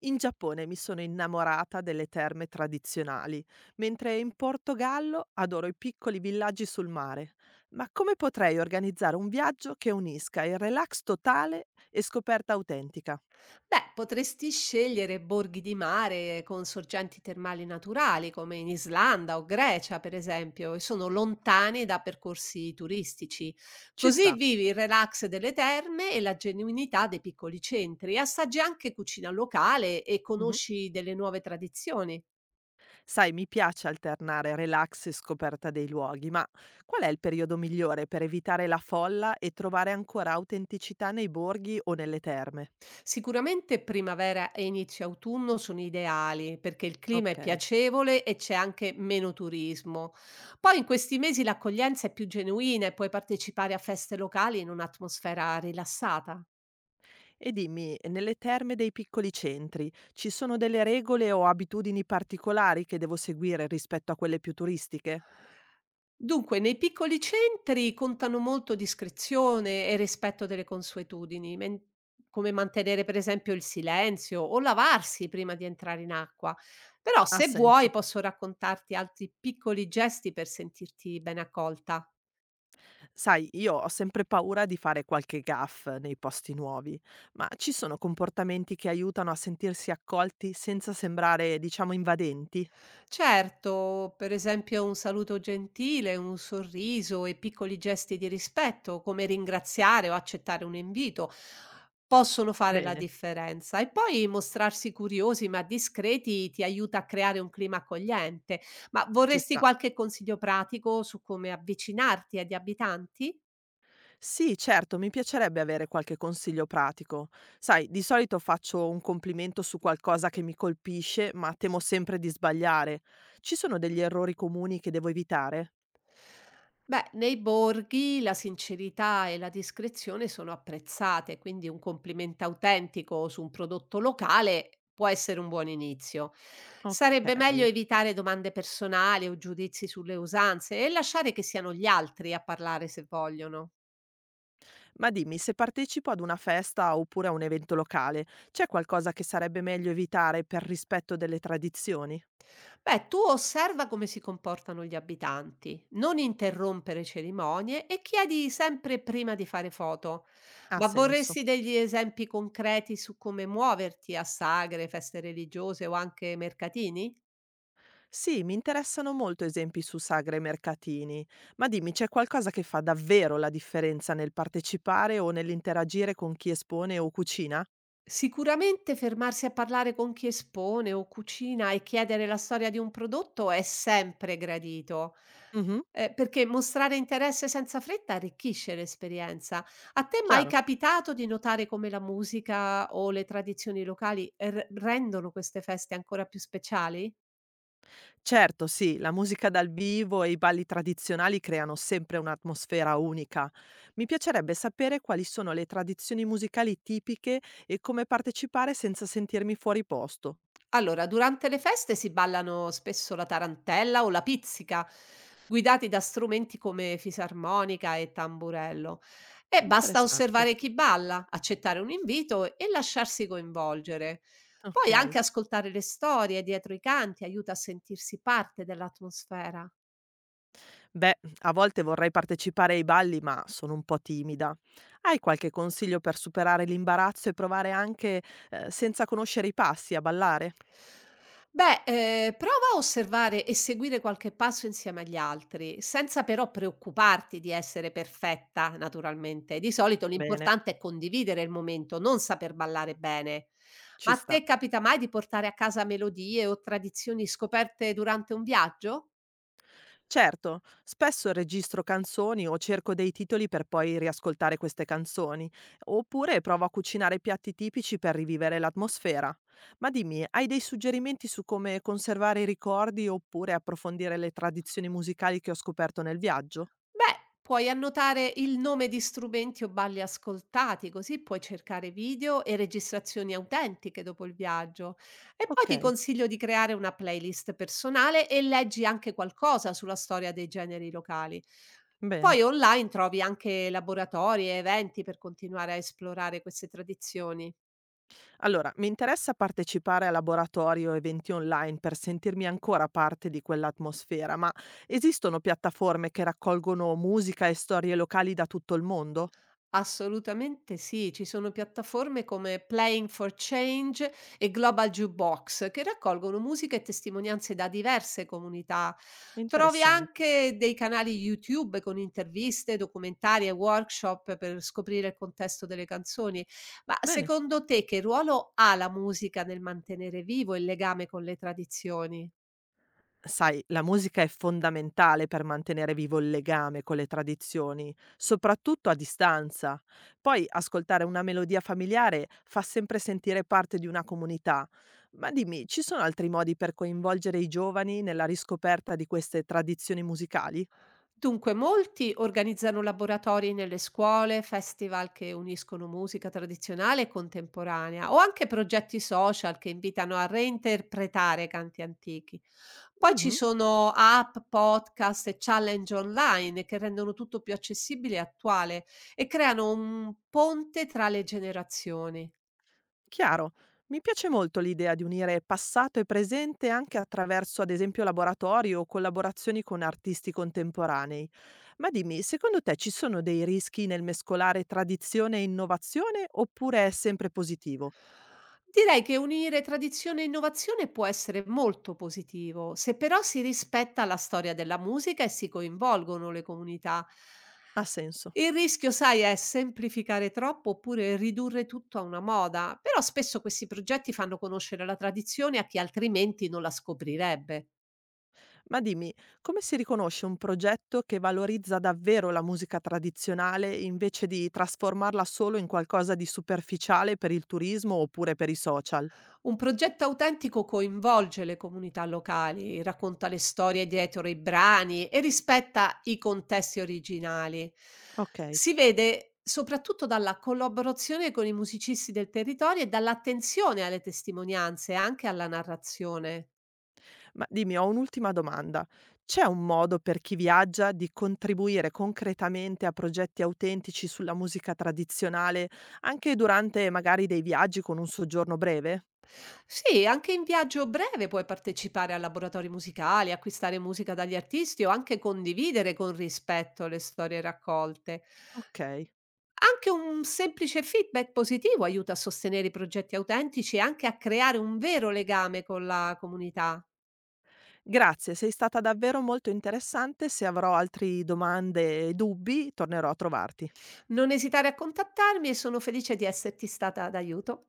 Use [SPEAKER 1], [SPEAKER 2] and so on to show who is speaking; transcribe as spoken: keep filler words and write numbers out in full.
[SPEAKER 1] In Giappone mi sono innamorata delle terme tradizionali, mentre in Portogallo adoro i piccoli villaggi sul mare. Ma come potrei organizzare un viaggio che unisca il relax totale e scoperta autentica?
[SPEAKER 2] Beh, potresti scegliere borghi di mare con sorgenti termali naturali, come in Islanda o Grecia, per esempio, e sono lontani da percorsi turistici.
[SPEAKER 1] Ci
[SPEAKER 2] Così
[SPEAKER 1] sta.
[SPEAKER 2] vivi il relax delle terme e la genuinità dei piccoli centri, assaggi anche cucina locale e
[SPEAKER 1] Mhm.
[SPEAKER 2] conosci delle nuove tradizioni.
[SPEAKER 1] Sai, mi piace alternare relax e scoperta dei luoghi, ma qual è il periodo migliore per evitare la folla e trovare ancora autenticità nei borghi o nelle terme?
[SPEAKER 2] Sicuramente primavera e inizio autunno sono ideali perché il clima
[SPEAKER 1] Ok.
[SPEAKER 2] è piacevole e c'è anche meno turismo. Poi in questi mesi l'accoglienza è più genuina e puoi partecipare a feste locali in un'atmosfera rilassata.
[SPEAKER 1] E dimmi, nelle terme dei piccoli centri ci sono delle regole o abitudini particolari che devo seguire rispetto a quelle più turistiche?
[SPEAKER 2] Dunque, nei piccoli centri contano molto discrezione e rispetto delle consuetudini, men- come mantenere per esempio il silenzio o lavarsi prima di entrare in acqua. Però
[SPEAKER 1] Ha
[SPEAKER 2] se vuoi
[SPEAKER 1] senso.
[SPEAKER 2] posso raccontarti altri piccoli gesti per sentirti ben accolta.
[SPEAKER 1] Sai, io ho sempre paura di fare qualche gaff nei posti nuovi, ma ci sono comportamenti che aiutano a sentirsi accolti senza sembrare, diciamo, invadenti?
[SPEAKER 2] Certo, per esempio un saluto gentile, un sorriso e piccoli gesti di rispetto, come ringraziare o accettare un invito, possono fare la
[SPEAKER 1] Bene,
[SPEAKER 2] differenza. E poi mostrarsi curiosi ma discreti ti aiuta a creare un clima accogliente. Ma
[SPEAKER 1] ci
[SPEAKER 2] vorresti
[SPEAKER 1] sta.
[SPEAKER 2] qualche consiglio pratico su come avvicinarti agli abitanti?
[SPEAKER 1] Sì, certo, mi piacerebbe avere qualche consiglio pratico. Sai, di solito faccio un complimento su qualcosa che mi colpisce, ma temo sempre di sbagliare. Ci sono degli errori comuni che devo evitare?
[SPEAKER 2] Beh, nei borghi la sincerità e la discrezione sono apprezzate, quindi un complimento autentico su un prodotto locale può essere un buon inizio.
[SPEAKER 1] Ok.
[SPEAKER 2] Sarebbe meglio evitare domande personali o giudizi sulle usanze e lasciare che siano gli altri a parlare se vogliono.
[SPEAKER 1] Ma dimmi, se partecipo ad una festa oppure a un evento locale, c'è qualcosa che sarebbe meglio evitare per rispetto delle tradizioni?
[SPEAKER 2] Beh, tu osserva come si comportano gli abitanti, non interrompere cerimonie e chiedi sempre prima di fare foto.
[SPEAKER 1] Ha
[SPEAKER 2] Ma
[SPEAKER 1] senso.
[SPEAKER 2] vorresti degli esempi concreti su come muoverti a sagre, feste religiose o anche mercatini?
[SPEAKER 1] Sì, mi interessano molto esempi su sagre e mercatini, ma dimmi, c'è qualcosa che fa davvero la differenza nel partecipare o nell'interagire con chi espone o cucina?
[SPEAKER 2] Sicuramente fermarsi a parlare con chi espone o cucina e chiedere la storia di un prodotto è sempre gradito.
[SPEAKER 1] Mhm,
[SPEAKER 2] Eh, perché mostrare interesse senza fretta arricchisce l'esperienza. A te è mai
[SPEAKER 1] chiaro.
[SPEAKER 2] capitato di notare come la musica o le tradizioni locali r- rendono queste feste ancora più speciali?
[SPEAKER 1] Certo, sì, la musica dal vivo e i balli tradizionali creano sempre un'atmosfera unica. Mi piacerebbe sapere quali sono le tradizioni musicali tipiche e come partecipare senza sentirmi fuori posto.
[SPEAKER 2] Allora, durante le feste si ballano spesso la tarantella o la pizzica, guidati da strumenti come fisarmonica e tamburello. E basta
[SPEAKER 1] Interessante.
[SPEAKER 2] osservare chi balla, accettare un invito e lasciarsi coinvolgere. Poi
[SPEAKER 1] Ok.
[SPEAKER 2] anche ascoltare le storie dietro i canti aiuta a sentirsi parte dell'atmosfera.
[SPEAKER 1] Beh, a volte vorrei partecipare ai balli, ma sono un po' timida. Hai qualche consiglio per superare l'imbarazzo e provare anche, eh, senza conoscere i passi a ballare?
[SPEAKER 2] Beh, ehm, prova a osservare e seguire qualche passo insieme agli altri, senza però preoccuparti di essere perfetta, naturalmente. Di solito
[SPEAKER 1] Bene,
[SPEAKER 2] l'importante è condividere il momento, non saper ballare bene.
[SPEAKER 1] ci
[SPEAKER 2] Ma a
[SPEAKER 1] sta.
[SPEAKER 2] te capita mai di portare a casa melodie o tradizioni scoperte durante un viaggio?
[SPEAKER 1] Certo, spesso registro canzoni o cerco dei titoli per poi riascoltare queste canzoni, oppure provo a cucinare piatti tipici per rivivere l'atmosfera. Ma dimmi, hai dei suggerimenti su come conservare i ricordi oppure approfondire le tradizioni musicali che ho scoperto nel viaggio?
[SPEAKER 2] Beh, puoi annotare il nome di strumenti o balli ascoltati, così puoi cercare video e registrazioni autentiche dopo il viaggio. E poi
[SPEAKER 1] Ok,
[SPEAKER 2] ti consiglio di creare una playlist personale e leggi anche qualcosa sulla storia dei generi locali.
[SPEAKER 1] bene.
[SPEAKER 2] Poi online trovi anche laboratori e eventi per continuare a esplorare queste tradizioni.
[SPEAKER 1] Allora, mi interessa partecipare a laboratori o eventi online per sentirmi ancora parte di quell'atmosfera, ma esistono piattaforme che raccolgono musica e storie locali da tutto il mondo?
[SPEAKER 2] Assolutamente sì, ci sono piattaforme come Playing for Change e Global Jukebox che raccolgono musica e testimonianze da diverse comunità. Trovi
[SPEAKER 1] Interessante.
[SPEAKER 2] anche dei canali YouTube con interviste, documentari e workshop per scoprire il contesto delle canzoni. Ma
[SPEAKER 1] Bene.
[SPEAKER 2] secondo te che ruolo ha la musica nel mantenere vivo il legame con le tradizioni?
[SPEAKER 1] Sai, la musica è fondamentale per mantenere vivo il legame con le tradizioni, soprattutto a distanza. Poi ascoltare una melodia familiare fa sempre sentire parte di una comunità. Ma dimmi, ci sono altri modi per coinvolgere i giovani nella riscoperta di queste tradizioni musicali?
[SPEAKER 2] Dunque, molti organizzano laboratori nelle scuole, festival che uniscono musica tradizionale e contemporanea o anche progetti social che invitano a reinterpretare canti antichi. Poi ci
[SPEAKER 1] Mhm.
[SPEAKER 2] sono app, podcast e challenge online che rendono tutto più accessibile e attuale e creano un ponte tra le generazioni.
[SPEAKER 1] Chiaro. Mi piace molto l'idea di unire passato e presente anche attraverso, ad esempio, laboratori o collaborazioni con artisti contemporanei. Ma dimmi, secondo te ci sono dei rischi nel mescolare tradizione e innovazione oppure è sempre positivo?
[SPEAKER 2] Direi che unire tradizione e innovazione può essere molto positivo, se però si rispetta la storia della musica e si coinvolgono le comunità.
[SPEAKER 1] Ha senso.
[SPEAKER 2] Il rischio, sai, è semplificare troppo oppure ridurre tutto a una moda, però spesso questi progetti fanno conoscere la tradizione a chi altrimenti non la scoprirebbe.
[SPEAKER 1] Ma dimmi, come si riconosce un progetto che valorizza davvero la musica tradizionale invece di trasformarla solo in qualcosa di superficiale per il turismo oppure per i social?
[SPEAKER 2] Un progetto autentico coinvolge le comunità locali, racconta le storie dietro i brani e rispetta i contesti originali.
[SPEAKER 1] Ok.
[SPEAKER 2] Si vede soprattutto dalla collaborazione con i musicisti del territorio e dall'attenzione alle testimonianze e anche alla narrazione.
[SPEAKER 1] Ma dimmi, ho un'ultima domanda. C'è un modo per chi viaggia di contribuire concretamente a progetti autentici sulla musica tradizionale, anche durante magari dei viaggi con un soggiorno breve?
[SPEAKER 2] Sì, anche in viaggio breve puoi partecipare a laboratori musicali, acquistare musica dagli artisti o anche condividere con rispetto le storie raccolte.
[SPEAKER 1] Okay.
[SPEAKER 2] Anche un semplice feedback positivo aiuta a sostenere i progetti autentici e anche a creare un vero legame con la comunità.
[SPEAKER 1] Grazie, sei stata davvero molto interessante. Se avrò altri domande e dubbi, tornerò a trovarti.
[SPEAKER 2] Non esitare a contattarmi e sono felice di esserti stata d'aiuto.